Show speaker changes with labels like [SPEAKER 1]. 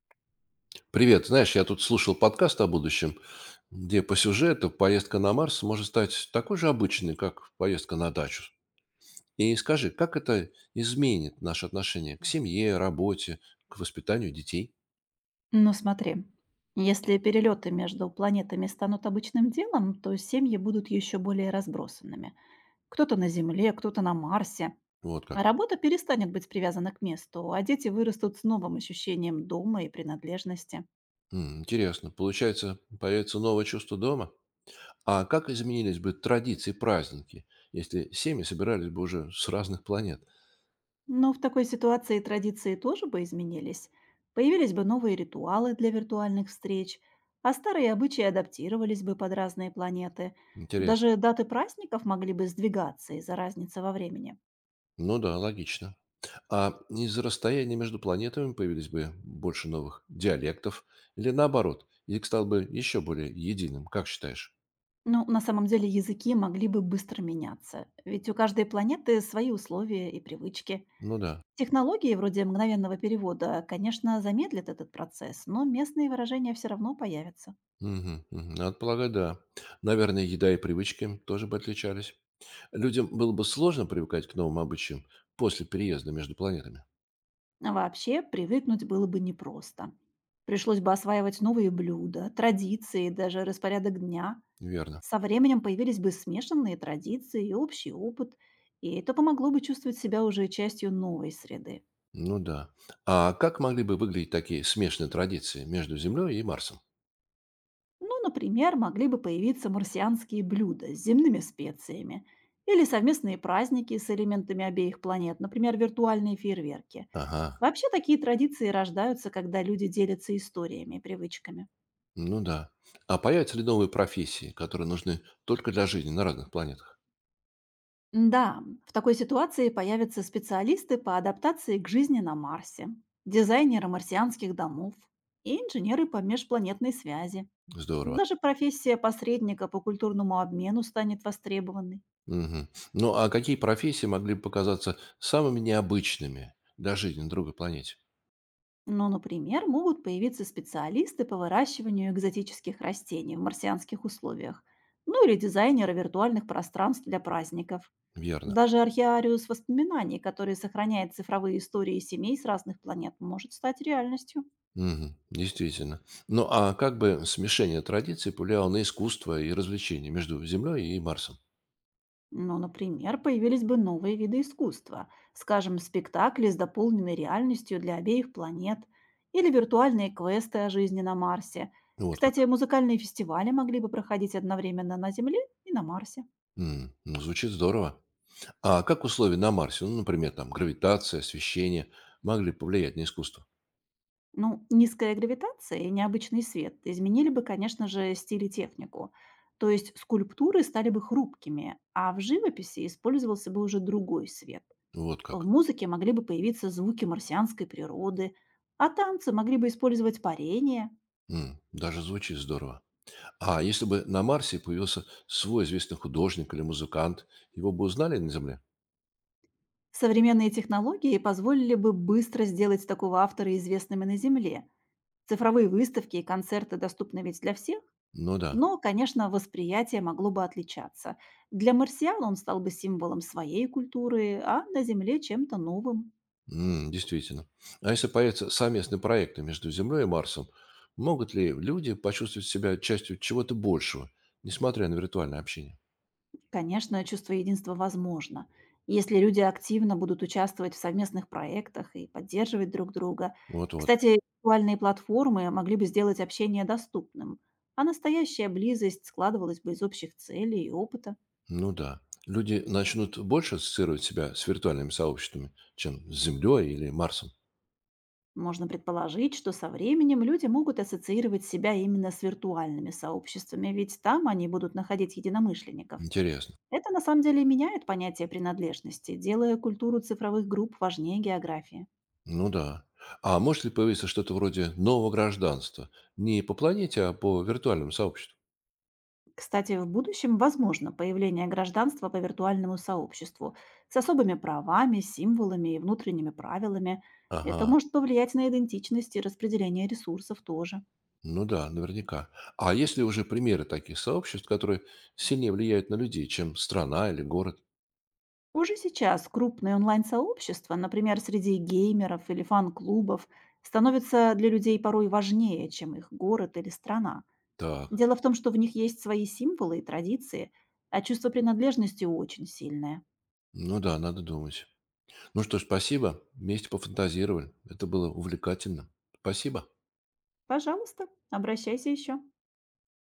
[SPEAKER 1] Привет. Знаешь, я тут слушал подкаст о будущем, где по сюжету поездка на Марс может стать такой же обычной, как поездка на дачу. И скажи, как это изменит наше отношение к семье, работе, к воспитанию детей?
[SPEAKER 2] Ну смотри, если перелеты между планетами станут обычным делом, то семьи будут еще более разбросанными. Кто-то на Земле, кто-то на Марсе.
[SPEAKER 1] Вот
[SPEAKER 2] А
[SPEAKER 1] как.
[SPEAKER 2] работа перестанет быть привязана к месту, а дети вырастут с новым ощущением дома и принадлежности.
[SPEAKER 1] Интересно. Получается, появится новое чувство дома? А как изменились бы традиции и праздники, если семьи собирались бы уже с разных планет?
[SPEAKER 2] Но в такой ситуации традиции тоже бы изменились. Появились бы новые ритуалы для виртуальных встреч, а старые обычаи адаптировались бы под разные планеты.
[SPEAKER 1] Интересно.
[SPEAKER 2] Даже даты праздников могли бы сдвигаться из-за разницы во времени.
[SPEAKER 1] Ну да, логично. А из-за расстояния между планетами появились бы больше новых диалектов или наоборот, язык стал бы еще более единым, как считаешь?
[SPEAKER 2] Ну, на самом деле языки могли бы быстро меняться, ведь у каждой планеты свои условия и привычки.
[SPEAKER 1] Ну да.
[SPEAKER 2] Технологии вроде мгновенного перевода, конечно, замедлят этот процесс, но местные выражения все равно появятся.
[SPEAKER 1] Мгм, мгм. Надо полагать, да. Наверное, еда и привычки тоже бы отличались. Людям было бы сложно привыкать к новым обычаям после переезда между планетами.
[SPEAKER 2] А вообще, привыкнуть было бы непросто. Пришлось бы осваивать новые блюда, традиции, даже распорядок дня.
[SPEAKER 1] Верно.
[SPEAKER 2] Со временем появились бы смешанные традиции и общий опыт, и это помогло бы чувствовать себя уже частью новой среды.
[SPEAKER 1] Ну да. А как могли бы выглядеть такие смешанные традиции между Землей и Марсом?
[SPEAKER 2] Ну, например, могли бы появиться марсианские блюда с земными специями или совместные праздники с элементами обеих планет, например, виртуальные фейерверки.
[SPEAKER 1] Ага.
[SPEAKER 2] Вообще такие традиции рождаются, когда люди делятся историями и привычками.
[SPEAKER 1] Ну да. А появятся ли новые профессии, которые нужны только для жизни на разных планетах?
[SPEAKER 2] Да, в такой ситуации появятся специалисты по адаптации к жизни на Марсе, дизайнеры марсианских домов и инженеры по межпланетной связи.
[SPEAKER 1] Здорово.
[SPEAKER 2] Даже профессия посредника по культурному обмену станет востребованной.
[SPEAKER 1] Мгм. Ну а какие профессии могли бы показаться самыми необычными для жизни на другой планете?
[SPEAKER 2] Но, например, могут появиться специалисты по выращиванию экзотических растений в марсианских условиях, ну или дизайнеры виртуальных пространств для праздников.
[SPEAKER 1] Верно.
[SPEAKER 2] Даже археариус воспоминаний, который сохраняет цифровые истории семей с разных планет, может стать реальностью.
[SPEAKER 1] Мгм. Действительно. Ну а как бы смешение традиций повлияло на искусство и развлечения между Землей и Марсом?
[SPEAKER 2] Ну, например, появились бы новые виды искусства, скажем, спектакли с дополненной реальностью для обеих планет или виртуальные квесты о жизни на Марсе.
[SPEAKER 1] Вот
[SPEAKER 2] Кстати,
[SPEAKER 1] как.
[SPEAKER 2] музыкальные фестивали могли бы проходить одновременно на Земле и на Марсе.
[SPEAKER 1] Ну, звучит здорово. А как условия на Марсе, ну, например, там гравитация, освещение, могли повлиять на искусство?
[SPEAKER 2] Ну, низкая гравитация и необычный свет изменили бы, конечно же, стиль и технику. То есть скульптуры стали бы хрупкими, а в живописи использовался бы уже другой свет.
[SPEAKER 1] Вот
[SPEAKER 2] В
[SPEAKER 1] как.
[SPEAKER 2] музыке могли бы появиться звуки марсианской природы, а танцы могли бы использовать парение.
[SPEAKER 1] Даже звучит здорово. А если бы на Марсе появился свой известный художник или музыкант, его бы узнали на Земле?
[SPEAKER 2] Современные технологии позволили бы быстро сделать такого автора известными на Земле. Цифровые выставки и концерты доступны ведь для всех.
[SPEAKER 1] Ну да.
[SPEAKER 2] Но, конечно, восприятие могло бы отличаться. Для марсиан он стал бы символом своей культуры, а на Земле чем-то новым.
[SPEAKER 1] Действительно. А если появятся совместные проекты между Землей и Марсом, могут ли люди почувствовать себя частью чего-то большего, несмотря на виртуальное общение?
[SPEAKER 2] Конечно, чувство единства возможно. Если люди активно будут участвовать в совместных проектах и поддерживать друг друга.
[SPEAKER 1] Вот-вот.
[SPEAKER 2] Кстати, виртуальные платформы могли бы сделать общение доступным, а настоящая близость складывалась бы из общих целей и опыта.
[SPEAKER 1] Ну да. Люди начнут больше ассоциировать себя с виртуальными сообществами, чем с Землей или Марсом.
[SPEAKER 2] Можно предположить, что со временем люди могут ассоциировать себя именно с виртуальными сообществами, ведь там они будут находить единомышленников.
[SPEAKER 1] Интересно.
[SPEAKER 2] Это на самом деле меняет понятие принадлежности, делая культуру цифровых групп важнее географии.
[SPEAKER 1] Ну да. А может ли появиться что-то вроде нового гражданства? Не по планете, а по виртуальному сообществу?
[SPEAKER 2] Кстати, в будущем возможно появление гражданства по виртуальному сообществу с особыми правами, символами и внутренними правилами. Это
[SPEAKER 1] Ага,
[SPEAKER 2] может повлиять на идентичность и распределение ресурсов тоже.
[SPEAKER 1] ну да, наверняка. А есть ли уже примеры таких сообществ, которые сильнее влияют на людей, чем страна или город?
[SPEAKER 2] Уже сейчас крупные онлайн-сообщества, например, среди геймеров или фан-клубов, становятся для людей порой важнее, чем их город или страна.
[SPEAKER 1] Так,
[SPEAKER 2] Дело в том, что в них есть свои символы и традиции, а чувство принадлежности очень сильное.
[SPEAKER 1] ну да, надо думать. Ну что ж, спасибо. Вместе пофантазировали. Это было увлекательно. Спасибо.
[SPEAKER 2] Пожалуйста, обращайся еще.